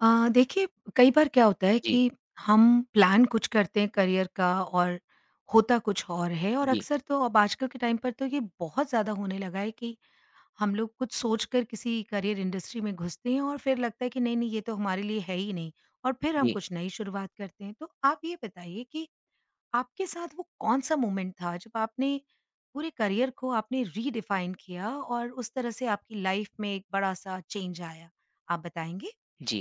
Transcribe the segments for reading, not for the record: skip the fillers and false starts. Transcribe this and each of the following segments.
देखिए कई बार क्या होता है जी, कि हम प्लान कुछ करते हैं करियर का और होता कुछ और है और जी, अक्सर तो अब आजकल के टाइम पर तो ये बहुत ज़्यादा होने लगा है कि हम लोग कुछ सोचकर किसी करियर इंडस्ट्री में घुसते हैं और फिर लगता है कि नहीं नहीं ये तो हमारे लिए है ही नहीं और फिर हम जी, कुछ नई शुरुआत करते हैं। तो आप ये बताइए कि आपके साथ वो कौन-सा मोमेंट था जब आपने पूरे करियर को आपने रीडिफाइन किया और उस तरह से आपकी लाइफ में एक बड़ा-सा चेंज आया? आप बताएँगे? जी।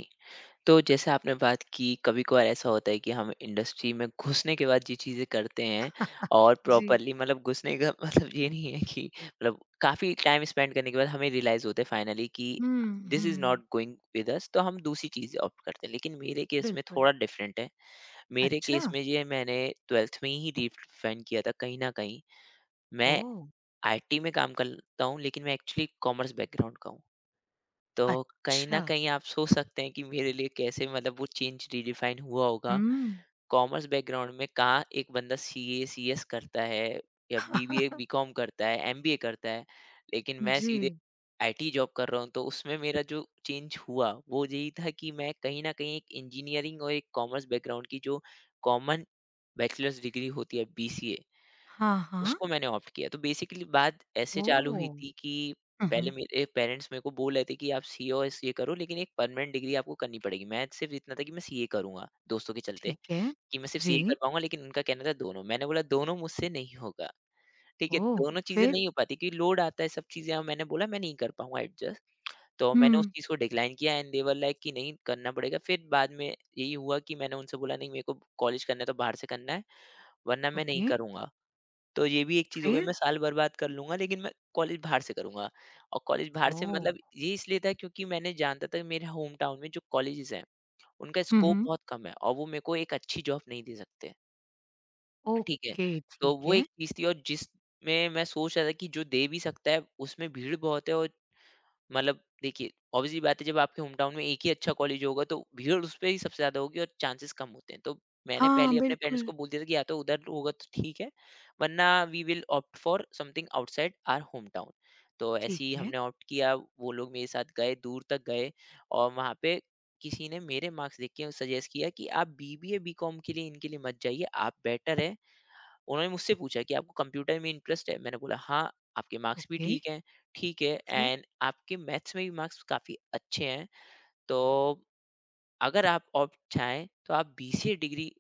तो जैसे आपने बात की कभी-कभार ऐसा होता है कि हम इंडस्ट्री में घुसने के बाद ये चीज़ें करते हैं और जी। प्रॉपर्ली मतलब घुसने का मतलब ये नहीं है कि मतलब काफ़ी टाइम स्पेंड करने के बाद हमें रियलाइज़ होता है फाइनली कि हुँ, दिस इज़ नॉट हुँ, गोइंग विद अस, तो हम दूसरी चीज़ें ऑप्ट करते हैं। लेकिन मेरे केस में बिल्कुल। थोड़ा डिफरेंट है। मेरे अच्छा! केस में ये मैंने 12th में ही डिफाइन किया था कहीं न कहीं। मैं ओह! आईटी में काम करता हूँ लेकिन मैं एक्चुअली कॉमर्स बैकग्राउंड का हूँ। तो कहीं न अच्छा, कहीं आप सोच सकते हैं कि मेरे लिए कैसे मतलब वो चेंज रिडिफाइन हुआ होगा। हुँ। कॉमर्स बैकग्राउंड में कहाँ एक बंदा सीए, सीएस करता है या बीबीए, बीकॉम करता है, एमबीए करता है। लेकिन मैं जी। सीधे आईटी जॉब कर रहा हूँ, तो उसमें मेरा जो चेंज हुआ वो यही था कि मैं कहीं न कहीं एक इंजीनियरिंग और एक कॉमर्स बैकग्राउंड की जो कॉमन बैचलर्स डिग्री होती है बीसीए, हाँ, हाँ। उसको मैंने ऑप्ट किया। तो बेसिकली बात ऐसे चालू हुई ओह! थी कि हुँ, पहले हुँ, मेरे पेरेंट्स मेरे को बोल रहे थे कि आप सीएओएस ये करो लेकिन एक परमानेंट डिग्री आपको करनी पड़ेगी। मैं सिर्फ़ इतना था कि मैं सीए करूँगा दोस्तों के चलते ठीक है। कि मैं सिर्फ़ सीए जी। कर पाऊँगा, लेकिन उनका कहना था दोनों। मैंने बोला दोनों मुझसे नहीं होगा। ठीक है? ओह! दोनों चीज़ें फिर? नहीं हो पाती क्योंकि लोड आता है सब चीज़ें, और मैंने बोला मैं नहीं कर पाऊँगा एडजस्ट। तो मैंने उस हुँ, चीज़ को डिक्लाइन किया एंड दे वर लाइक कि नहीं करना पड़ेगा। फिर बाद में यही हुआ कि मैंने उनसे बोला नहीं मेरे को कॉलेज करना है तो बाहर से करना है, वरना मैं नहीं ओके, करूँगा। तो ये भी एक चीज़ हो गई, फिर? मैं साल बर्बाद कर लूँगा लेकिन मैं कॉलेज बाहर से करूँगा। और कॉलेज बाहर से मतलब ओह! ये इसलिए था क्योंकि मैंने जानता था कि मेरे होम टाउन में जो कॉलेजेस हैं, उनका हुँ, स्कोप हुँ, बहुत कम है और वो मेरे को एक अच्छी जॉब नहीं दे सकते। ठीक है? ओके, तो ठीक वो है। एक चीज़ थी, और जिसमें मैं सोच रहा था कि जो दे भी सकता है उसमें भीड़ बहुत है, और मतलब देखिए ऑब्वियस सी बात है, जब आपके होम टाउन में एक ही अच्छा कॉलेज होगा तो भीड़ उस पे ही सबसे ज्यादा होगी और चांसेस कम होते हैं, तो मैंने हाँ, पहले ही अपने पेरेंट्स बिल्कुल, को बोल दिया था कि या तो उधर होगा तो ठीक है, वरना we will opt for something outside our home town. तो ठीक ऐसे ही है, हमने ऑप्ट किया, वो लोग मेरे साथ गए, दूर तक गए, और वहाँ पे किसी ने मेरे मार्क्स देख के सजेस्ट किया कि आप बीबीए बीकॉम के लिए इनके लिए मत जाइए, आप बेटर है। उन्होंने मुझसे पूछा कि आपको कंप्यूटर में इंटरेस्ट है? मैंने बोला हाँ, आपके मार्क्स भी ओके, ठीक हैं, ठीक है फिर? एंड आपके मैथ्स में भी मार्क्स काफ़ी अच्छे हैं, तो अगर आप और चाहें तो आप बीसीए डिग्री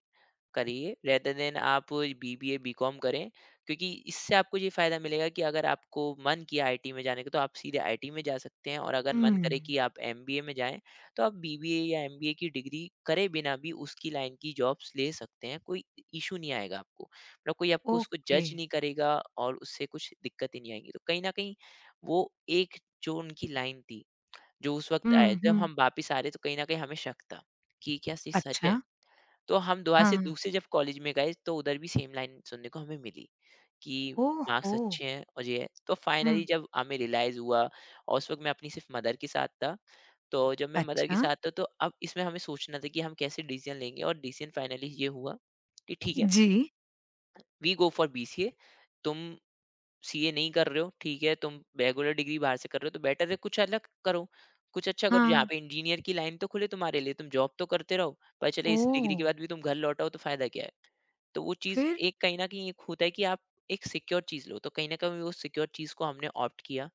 करिए रेदर देन आप बीबीए बीकॉम करें, क्योंकि इससे आपको ये फायदा मिलेगा कि अगर आपको मन किया आईटी में जाने का तो आप सीधे आईटी में जा सकते हैं, और अगर मन हुँ, करे कि आप एमबीए में जाएं तो आप बीबीए या एमबीए की डिग्री करे बिना भी उसकी लाइन की जॉब्स ले सकते हैं, कोई इशू नहीं आएगा, आपको मतलब कोई आपको उसको ओके। जज नहीं करेगा, और उससे कुछ दिक्कत ही नहीं आएगी। तो कहीं ना कहीं वो एक जो उनकी लाइन थी, जो उस वक्त आया हुँ, जब हुँ, हम वापिस आ रहे, तो कहीं ना कहीं हमें शक था कि क्या ये सच अच्छा, है। तो हम दोबारा से हाँ। दूसरे जब कॉलेज में गए तो उधर भी सेम लाइन सुनने को हमें मिली कि ओह मार्क्स हो! अच्छे हैं और ये है, तो फाइनली हुँ, जब हमें रियलाइज हुआ, और उस वक्त मैं अपनी सिर्फ मदर के साथ था, तो जब मैं मदर के अच्छा, साथ था तो अब इसमें हमें सोचना था कि हम कैसे डिसीजन लेंगे, और डिसीजन फाइनली ये हुआ कि ठीक है, जी, we go for B C A, तुम सीए नहीं कर रहे हो, ठीक है, तुम रेगुलर डिग्री बाहर से कर रहे हो, तो बेटर है कुछ अलग करो, कुछ अच्छा करो, जहाँ हाँ, पे इंजीनियर की लाइन तो खुले तुम्हारे लिए, तुम जॉब तो करते रहो, पता चले इस डिग्री ओह! के बाद भी तुम घर लौट आओ तो फ़ायदा क्या है? तो वो चीज़ फिर? एक कहीं न कहीं एक होता है कि आप एक सिक्योर चीज़ लो, तो कहीं न कहीं वो सिक्योर चीज़ को हमने ऑप्ट किया।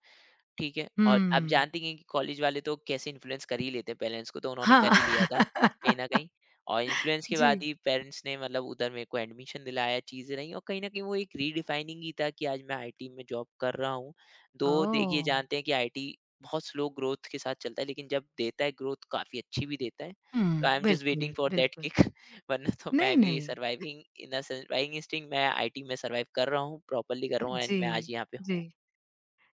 ठीक है? और आप हुँ। जानती हैं कि कॉलेज वाले तो कैसे इन्फ्लुएंस कर ही लेते हैं पेरेंट्स को, तो उन्होंने हाँ। कर ही लिया था कहीं न कहीं। और इन्फ्लुएंस के बाद जी। ही पेरेंट्स ने मतलब उधर मेरे को एडमिशन दिलाया, चीज़ें रहीं, और कहीं न कहीं वो एक रिडिफाइनिंग ही था कि आज मैं आईटी में जॉब कर रहा हूँ। तो देखिए, ओह! जानते हैं कि आईटी बहुत स्लो ग्रोथ के साथ चलता है, लेकिन जब देता है ग्रोथ काफ़ी अच्छी भी देता है। हुँ, तो आई एम जस्ट वेटिंग बिल्कुल, फॉर दैट बिल्कुल। किक वरना तो मैं नहीं, भी नहीं। Surviving in a surviving instinct मैं आईटी में सर्वाइव कर रहा हूँ, प्रॉपर्ली कर रहा हूँ एंड जी, मैं आज यहाँ पे जी। हूँ।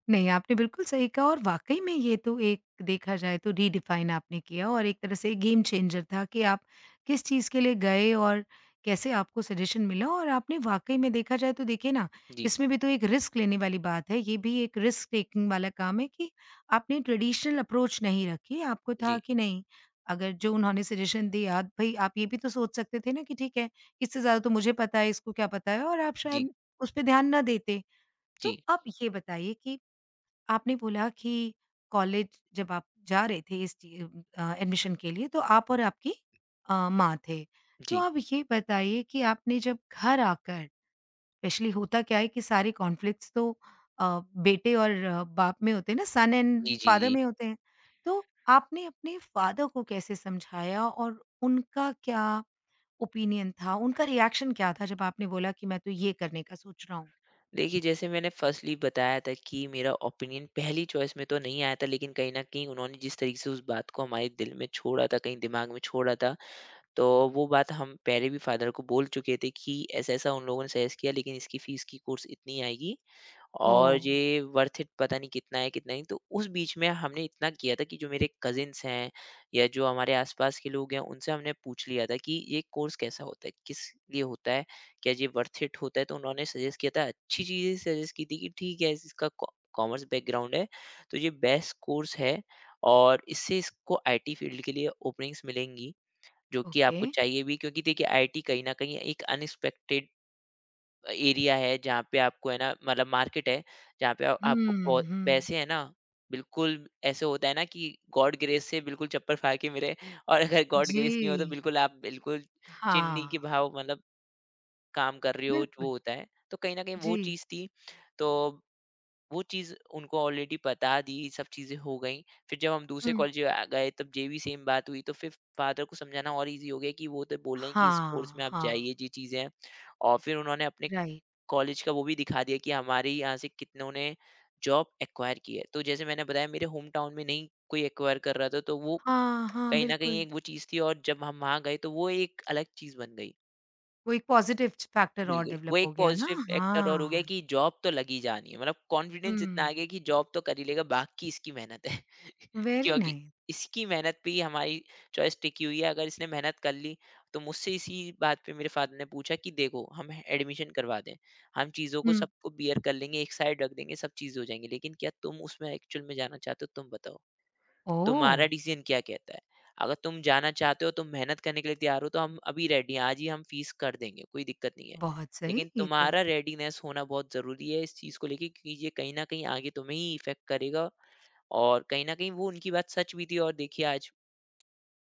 नहीं, आपने बिल्कुल सही कहा और वाक़ई में ये तो एक देखा जाए तो रिडिफाइन आपने किया और एक तरह से गेम चेंजर था कि आप किस चीज़ के लिए गए और कैसे आपको सजेशन मिला और आपने वाक़ई में देखा जाए तो देखिए ना, जी, इसमें भी तो एक रिस्क लेने वाली बात है। ये भी एक रिस्क टेकिंग वाला काम है कि आपने ट्रेडिशनल अप्रोच नहीं रखी। आपको था जी, कि नहीं, अगर जो उन्होंने सजेशन दिया भई आप ये भी तो सोच सकते थे ना कि ठीक है, इससे ज़्यादा तो मुझे पता है, इसको क्या पता है और आप जी। शायद उस पे ध्यान ना देते। जी, तो आप ये बताइए कि आपने बोला कि कॉलेज जब आप जा रहे थे इस चीज़ एडमिशन के लिए तो आप और आपकी माँ थे। तो जी। आप ये बताइए कि आपने जब घर आकर स्पेशली होता क्या है कि सारे कॉन्फ्लिक्ट्स तो अ, बेटे और बाप में होते हैं ना सन एंड जी, जी, फादर जी। में होते हैं। तो आपने अपने फादर को कैसे समझाया और उनका क्या ओपिनियन था? उनका रिएक्शन क्या था जब आपने बोला कि मैं तो ये करने का सोच रहा हूँ? देखिए, जैसे मैंने फर्स्टली बताया था कि मेरा ओपिनियन पहली चॉइस में तो नहीं आया था, लेकिन कहीं न कहीं उन्होंने जिस तरीके से उस बात को हमारे दिल में छोड़ा था, कहीं दिमाग में छोड़ा था, तो वो बात हम पहले भी फादर को बोल चुके थे कि ऐसा-ऐसा उन लोगों ने सजेस्ट किया, लेकिन इसकी फीस की कोर्स इतनी आएगी और ओह! ये वर्थ इट पता नहीं कितना है कितना नहीं। तो उस बीच में हमने इतना किया था कि जो मेरे कज़िन्स हैं या जो हमारे आस-पास के लोग हैं उनसे हमने पूछ लिया था कि ये कोर्स कैसा होता है? किस लिए होता है? क्या ये वर्थ इट होता है? तो उन्होंने सजेस्ट किया था, अच्छी चीज़ें सजेस्ट की थी कि ठीक है, इसका कॉ कॉमर्स बैकग्राउंड है तो ये बेस्ट कोर्स है, और इससे इसको आईटी फील्ड के लिए ओपनिंग्स मिलेंगी जो कि ओके। आपको चाहिए भी, क्योंकि देखिए आईटी कहीं न कहीं एक अनएक्सपेक्टेड एरिया है जहाँ पे आपको है ना, मतलब मार्केट है जहाँ पे आपको हुँ, हुँ। पैसे है ना, बिल्कुल ऐसे होता है ना कि गॉड ग्रेस से बिल्कुल चप्पल फाड़ के मिले और अगर गॉड जी। ग्रेस नहीं हो तो बिल्कुल आप बिल्कुल चिन्नी के हाँ, भाव मतलब काम कर रहे हो वो बिल्कुल। होता है, तो कहीं ना कहीं वो जी। चीज़ थी। तो वो चीज़ उनको ऑलरेडी बता दी, सब चीज़ें हो गई। फिर जब हम दूसरे हुँ। कॉलेज गए तब ये भी सेम बात हुई, तो फिर फादर को समझाना और इजी हो गया कि वो तो बोल रहे हैं कि इस कोर्स हाँ, में आप हाँ, जाइए, ये चीज़ें हैं, और फिर उन्होंने अपने राइट। कॉलेज का वो भी दिखा दिया कि हमारे यहाँ से कितनों ने जॉब एक्वायर की है। तो जैसे मैंने बताया मेरे होम टाउन में नहीं कोई एक्वायर कर रहा था, तो वो हाँ, हाँ, कहीं न कहीं बिल्कुल। एक वो चीज़ थी, और जब हम वहाँ गए तो वो एक अलग चीज़ बन गई। वो एक पॉज़िटिव च फैक्टर और बिल्कुल, वो डेवलप हो एक गया ना, पॉज़िटिव फैक्टर और हो गया हाँ। कि जॉब तो लग ही जानी है, मतलब कॉन्फिडेंस इतना आ गया हुँ, कि जॉब तो कर ही लेगा, बाकी इसकी मेहनत है। वेरी क्योंकि नाइस। इसकी मेहनत पे ही हमारी चॉइस टिकी हुई है, अगर इसने मेहनत कर ली। तो मुझसे इसी बात पे मेरे फ़ादर ने पूछा कि देखो, हम एडमिशन करवा दें, हम चीज़ों को हुँ। सबको बियर कर लेंगे, एक साइड रख देंगे, सब चीज़ें हो जाएँगी, लेकिन क्या तुम उसमें एक्चुअल में जाना चाहते हो? तुम बताओ। ओह! तुम्हारा डिसीजन क्या कहता है? अगर तुम जाना चाहते हो, तुम मेहनत करने के लिए तैयार हो, तो हम अभी रेडी हैं, आज ही हम फीस कर देंगे, कोई दिक्कत नहीं है। बहुत सही लेकिन ये तो। तुम्हारा रेडीनेस होना बहुत ज़रूरी है इस चीज़ को लेके, क्योंकि ये कहीं न कहीं आगे तुम्हें ही इफ़ेक्ट करेगा, और कहीं न कहीं वो उनकी बात सच भी थी, और देखिए आज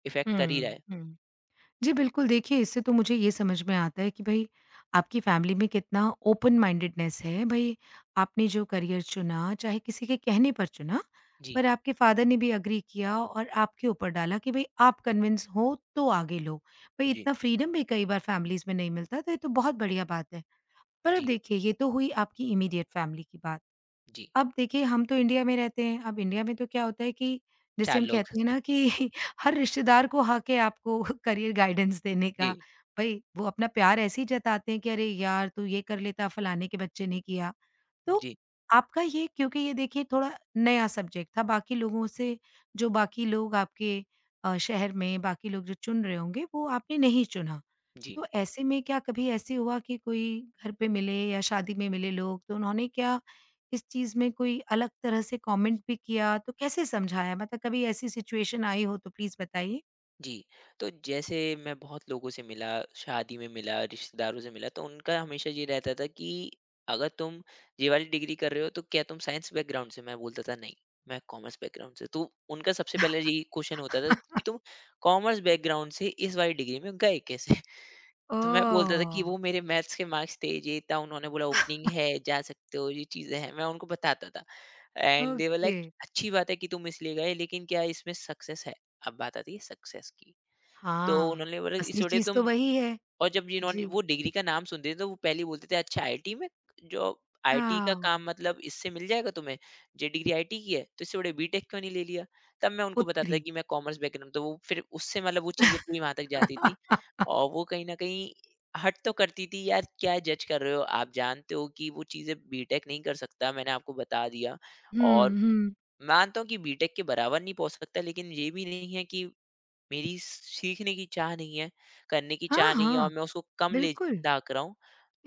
इफ़ेक्ट कर ही रहा हुँ, है। हुँ। जी, बिल्कुल। देखिए, इससे तो मुझे ये समझ में आता है कि भई आपकी फ़ैमिली में कितना ओपन माइंडेडनेस है। भई आपने जो करियर चुना, चाहे किसी के कहने पर चुना, जी। पर आपके फ़ादर ने भी एग्री किया और आपके ऊपर डाला कि भई आप कन्विंस हो तो आगे लो। भई जी। इतना फ्रीडम भी कई बार फ़ैमिलीज़ में नहीं मिलता, तो ये तो बहुत बढ़िया बात है। पर अब जी, देखिए, ये तो हुई आपकी इमीडिएट फ़ैमिली की बात। जी। अब देखिए हम तो इंडिया में रहते हैं, अब इंडिया में तो क्या होता है कि जैसे 4 हम लोग। कहते हैं ना कि हर रिश्तेदार को हक है आपको करियर गाइडेंस देने का। जी, भई वो अपना प्यार ऐसे ही जताते हैं कि अरे यार! तू ये कर लेता फलाने के बच्चे ने किया। तो जी, आपका ये क्योंकि ये देखिए थोड़ा नया सब्जेक्ट था बाकी लोगों से जो बाकी लोग आपके शहर में बाकी लोग जो चुन रहे होंगे वो आपने नहीं चुना। जी। तो ऐसे में क्या कभी ऐसे हुआ कि कोई घर पे मिले या शादी में मिले लोग तो उन्होंने क्या इस चीज़ में कोई अलग तरह से कमेंट भी किया? तो कैसे समझाया? मतलब कभी ऐसी सिचुएशन आई हो तो प्लीज़ बताइए? जी, तो जैसे मैं बहुत लोगों से मिला, शादी में मिला, रिश्तेदारों से मिला, तो उनका हमेशा ये रहता था कि अगर तुम ये वाली डिग्री कर रहे हो तो क्या तुम साइंस बैकग्राउंड से? मैं बोलता था नहीं, मैं कॉमर्स बैकग्राउंड से। तो उनका सबसे पहले यही क्वेश्चन होता था कि तुम कॉमर्स बैकग्राउंड से इस वाली डिग्री में गए कैसे? तो मैं बोलता था कि ओह! वो मेरे मैथ्स के मार्क्स थे, ये था, उन्होंने बोला ओपनिंग है, जा सकते हो, ये चीज़ें हैं, मैं उनको बताता था। And they were like okay. अच्छी बात है कि तुम इसलिए गए, लेकिन क्या इसमें सक्सेस है? अब बात आती है सक्सेस की। तो हाँ, उन्होंने बोला इस असली वजह चीज़ तुम। तो वही है। और जब जिन्होंने जी। वो डिग्री का नाम सुनते थे तो वो पहले ही बोलते थे अच्छा आईटी में जो आईटी का हाँ, काम मतलब इससे मिल जाएगा तुम्हें। जे डिग्री आईटी की है तो इससे बड़े बीटेक क्यों नहीं ले लिया? तब मैं उनको उत्तरी। बताता कि मैं कॉमर्स बैकग्राउंड, तो वो फिर उससे वो चीजें पूरी वहां तक जाती थी। और वो कहीं ना कहीं हट तो करती थी। यार, क्या जज कर रहे हो? आप जानते हो कि वो चीजें बीटेक नहीं कर सकता, मैंने आपको बता दिया। और हुँ, हुँ। मानता हूँ कि बीटेक के बराबर नहीं पहुंच सकता, लेकिन ये भी नहीं है कि मेरी सीखने की चाह नहीं है, करने की हाँ, चाह नहीं है हाँ, और मैं उसको कम ले बिल्कुल। दाक रहा हूँ।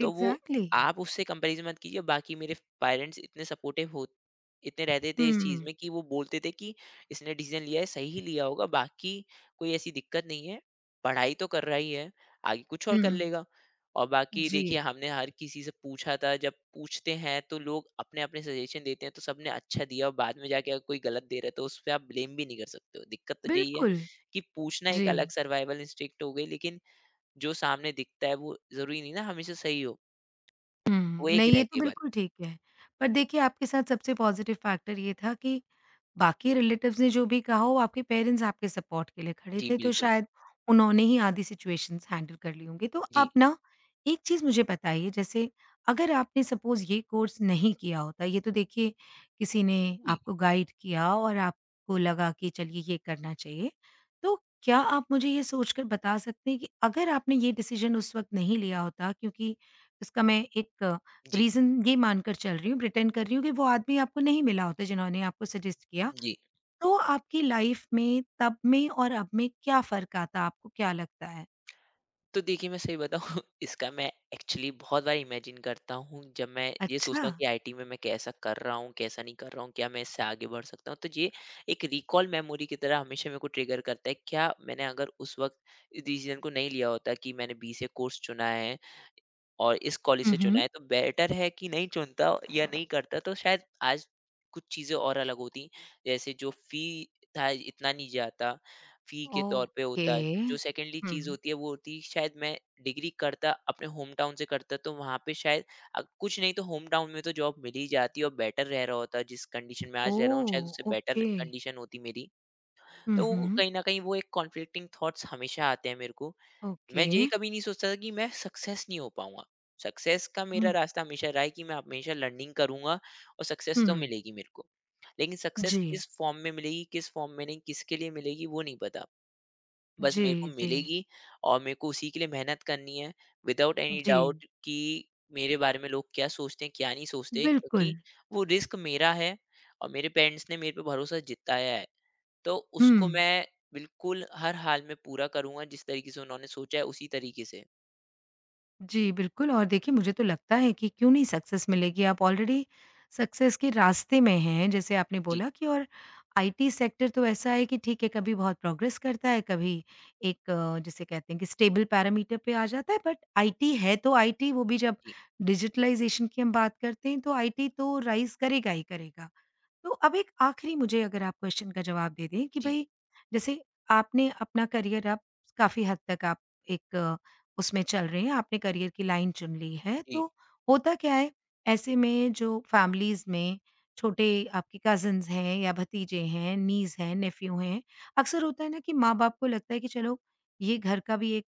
तो वो एग्ज़ैक्टली। आप उससे कंपैरिज़न मत कीजिए। बाकी मेरे पेरेंट्स इतने सपोर्टिव हो, इतने रहते थे हुँ, इस चीज़ हुँ। में कि वो बोलते थे कि इसने डिसीज़न लिया है, सही ही लिया होगा, बाकी कोई ऐसी दिक्कत नहीं है। पढ़ाई तो कर रहा ही है, आगे कुछ और कर लेगा। और बाकी जी, देखिए हमने हर किसी से पूछा था, जब पूछते हैं तो लोग अपने-अपने सजेशन देते हैं, तो सबने अच्छा दिया और बाद में जाके अगर कोई गलत दे रहा है, तो उस पे आप ब्लेम भी नहीं कर सकते हो। दिक्कत तो यही है बिल्कुल। कि पूछना एक जी। अलग सर्वाइवल इंस्टिंक्ट हो गई, लेकिन जो सामने दिखता है वो ज़रूरी नहीं ना हमेशा सही हो। वो हुँ, एक नहीं ये रहती तो है बात। बिल्कुल ठीक है। पर देखिए आपके साथ सबसे पॉज़िटिव फैक्टर ये था कि बाकी रिलेटिव्स ने जो भी कहा वो आपके पेरेंट्स आपके सपोर्ट के लिए खड़े जी, थे, तो बिल्कुल। शायद उन्होंने ही आधी सिचुएशंस हैंडल कर ली होंगी। तो जी, आप ना एक चीज़ मुझे बताइए जैसे अगर आपने सपोज़ ये कोर्स नहीं किया होता, ये तो देखिए किसी ने जी, आपको गाइड किया और आपको लगा कि चलिए ये करना चाहिए। तो क्या आप मुझे ये सोचकर बता सकते हैं कि अगर आपने ये डिसीज़न उस वक़्त नहीं लिया होता क्योंकि इसका मैं एक जी, रीज़न ये मानकर चल रही हूँ, प्रिटेंड कर रही हूँ कि वो आदमी आपको नहीं मिला होता जिन्होंने आपको सजेस्ट किया। जी। तो आपकी लाइफ़ में तब में और अब में क्या फ़र्क आता? आपको क्या लगता है? तो देखिए मैं सही बताऊँ इसका मैं एक्चुअली बहुत बार इमेजिन करता हूँ। जब मैं ये अच्छा। सोचता हूँ कि आईटी में मैं कैसा कर रहा हूँ, कैसा नहीं कर रहा हूँ, क्या मैं इससे आगे बढ़ सकता हूँ? तो ये एक रिकॉल मेमोरी की तरह हमेशा मेरे को ट्रिगर करता है, क्या मैंने अगर उस वक़्त डिसीज़न को नहीं लिया होता कि मैंने बी से कोर्स चुना है और इस कॉलेज हुँ, से चुना हुँ। है तो बेटर है कि नहीं चुनता या नहीं करता, तो शायद आज कुछ चीज़ें और अलग होती। जैसे जो फ़ी था इतना नहीं जाता, फ़ी के तौर पे ओके। होता। जो सेकेंडली चीज़ हुँ। होती है वो होती शायद मैं डिग्री करता अपने होम टाउन से करता, तो वहाँ पे शायद कुछ नहीं तो होम टाउन में तो जॉब मिल ही जाती और बेटर रह रहा होता। जिस कंडीशन में आज रह रहा हूँ, ओह! शायद उससे बेटर ओके। कंडीशन होती मेरी। हुँ, तो वो हुँ। कहीं न कहीं वो एक कॉन्फ्लिक्टिंग थॉट्स हमेशा आते हैं मेरे को। मैं ओके। ये कभी नहीं सोचता था कि मैं सक्सेस नहीं हो पाऊंगा। सक्सेस का मेरा हुँ, रास्ता हमेशा रहा है कि मैं हमेशा लर्निंग करूंगा और सक्सेस हुँ। तो मिलेगी मेरे को। लेकिन सक्सेस जी। किस फॉर्म में मिलेगी, किस फॉर्म में नहीं, किसके लिए मिलेगी, वो नहीं पता। बस मेरे को जी, जी। मिलेगी और मेरे को उसी के लिए मेहनत करनी है, विदाउट एनी जी। डाउट, कि मेरे बारे में लोग क्या सोचते हैं क्या नहीं सोचते, क्योंकि बिल्कुल। वो रिस्क मेरा है और मेरे पेरेंट्स ने मेरे पे भरोसा जिताया है, तो उसको हुँ। मैं बिल्कुल हर हाल में पूरा करूंगा, जिस तरीके से उन्होंने सोचा है उसी तरीके से। जी, बिल्कुल और देखिए मुझे तो लगता है कि क्यों नहीं सक्सेस मिलेगी, आप ऑलरेडी सक्सेस के रास्ते में हैं, जैसे आपने जी, बोला कि और आईटी सेक्टर तो ऐसा है कि ठीक है, कभी बहुत प्रोग्रेस करता है, कभी एक जिसे कहते हैं कि स्टेबल पैरामीटर पे आ जाता है, बट आईटी है तो आईटी, वो भी जब जी, डिजिटलाइज़ेशन की हम बात करते हैं, तो आईटी तो राइज़ करेगा ही करेगा। तो अब एक आखिरी मुझे अगर आप क्वेश्चन का जवाब दे दें कि जी, भई जैसे आपने अपना करियर अब काफ़ी हद तक आप एक उसमें चल रहे हैं, आपने करियर की लाइन चुन ली है, जी, तो होता क्या है ऐसे में जो फैमिलीज़ में छोटे आपके कज़िन्स हैं या भतीजे हैं, नीज़ हैं, नेफ्यू हैं, अक्सर होता है ना कि माँ-बाप को लगता है कि चलो ये घर का भी एक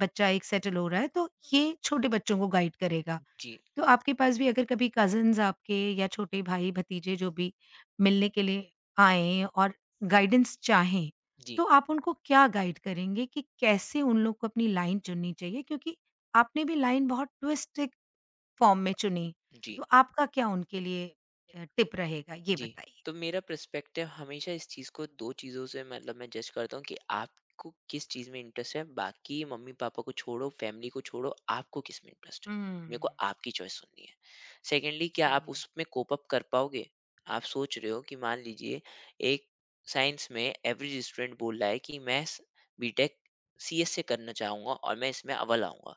बच्चा एक सेटल हो रहा है, तो ये छोटे बच्चों को गाइड करेगा। जी, तो आपके पास भी अगर कभी कज़िन्स आपके या छोटे भाई-भतीजे जो भी मिलने के लिए आएँ और गाइडेंस चाहें, जी, तो आप उनको क्या गाइड करेंगे कि कैसे उन लोग को अपनी लाइन चुननी चाहिए? क्योंकि आपने भी लाइन बहुत ट्विस्टेड फॉर्म में चुनी, जी, तो आपका क्या उनके लिए टिप रहेगा? ये जी। बताइए। तो मेरा पर्सपेक्टिव हमेशा इस चीज़ को 2 चीज़ों से मैं जज करता हूँ कि आपको किस चीज़ में इंटरेस्ट है। बाकी मम्मी-पापा को छोड़ो, फैमिली को छोड़ो, आपको किस में इंटरेस्ट है। हुँ, मेरे को आपकी चॉइस सुननी है। सेकंडली, क्या जी। आप उसमें कोप अप कर पाओगे? आप सोच रहे हो कि मान लीजिए एक साइंस में एवरेज स्टूडेंट बोल रहा है कि मैं स बीटेक सीएस से करना चाहूँगा और मैं इसमें अव्वल आऊँगा।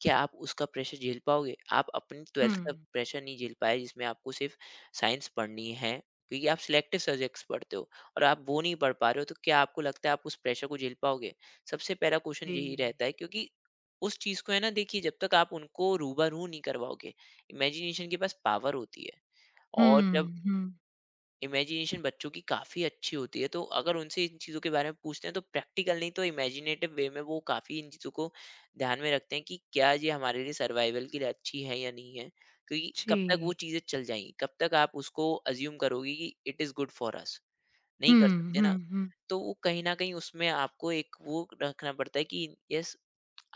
क्या आप उसका प्रेशर झेल पाओगे? आप अपनी 12th का हुँ। प्रेशर नहीं झेल पाए, जिसमें आपको सिर्फ़ साइंस पढ़नी है, क्योंकि आप सिलेक्टिव सब्जेक्ट्स पढ़ते हो और आप वो नहीं पढ़ पा रहे हो, तो क्या आपको लगता है आप उस प्रेशर को झेल पाओगे? सबसे पहला क्वेश्चन यही जी। रहता है, क्योंकि उस चीज़ को है ना, देखिए जब तक आप उनको रूबरू नहीं करवाओगे, इमेजिनेशन के पास पावर होती है। और जब हुँ, हुँ। इमेजिनेशन बच्चों की काफ़ी अच्छी होती है, तो अगर उनसे इन चीज़ों के बारे में पूछते हैं, तो प्रैक्टिकल नहीं तो इमेजिनेटिव वे में वो काफ़ी इन चीज़ों को ध्यान में रखते हैं कि क्या ये हमारे लिए सर्वाइवल के लिए अच्छी है या नहीं है। क्योंकि कब तक वो जी। चीज़ें चल जाएँगी, कब तक आप उसको अज़्यूम करोगे कि it is good for us, नहीं कर हुँ, सकते हुँ, ना। हुँ। तो वो कहीं न कहीं उसमें आपको एक वो रखना पड़ता है कि यस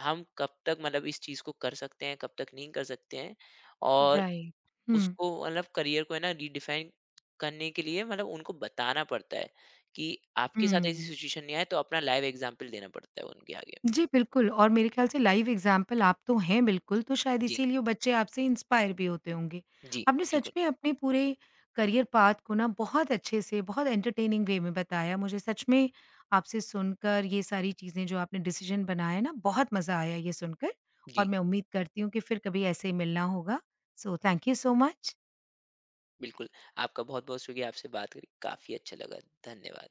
हम कब तक इस चीज़ को कर सकते हैं, कब तक नहीं कर सकते हैं और राइट। हुँ। उसको करियर को है ना रिडिफाइन करने के लिए उनको बताना पड़ता है कि आपके साथ ऐसी हुँ। सिचुएशन नहीं आए, तो अपना लाइव एग्जाम्पल देना पड़ता है उनके आगे। जी, बिल्कुल और मेरे ख़्याल से लाइव एग्ज़ाम्पल आप तो हैं बिल्कुल, तो शायद जी। इसीलिए बच्चे आपसे इंस्पायर भी होते होंगे। जी, आपने सच बिल्कुल। में अपने पूरे करियर पाथ को ना बहुत अच्छे से, बहुत एंटरटेनिंग वे में बताया। मुझे सच में आपसे सुनकर ये सारी चीज़ें जो आपने डिसीज़न बनाए ना, बहुत मज़ा आया ये सुनकर और जी, मैं उम्मीद करती हूँ कि फिर कभी ऐसे ही मिलना होगा। So thank you so much. बिल्कुल। आपका बहुत बहुत शुक्रिया, आपसे बात करी काफी अच्छा लगा। धन्यवाद।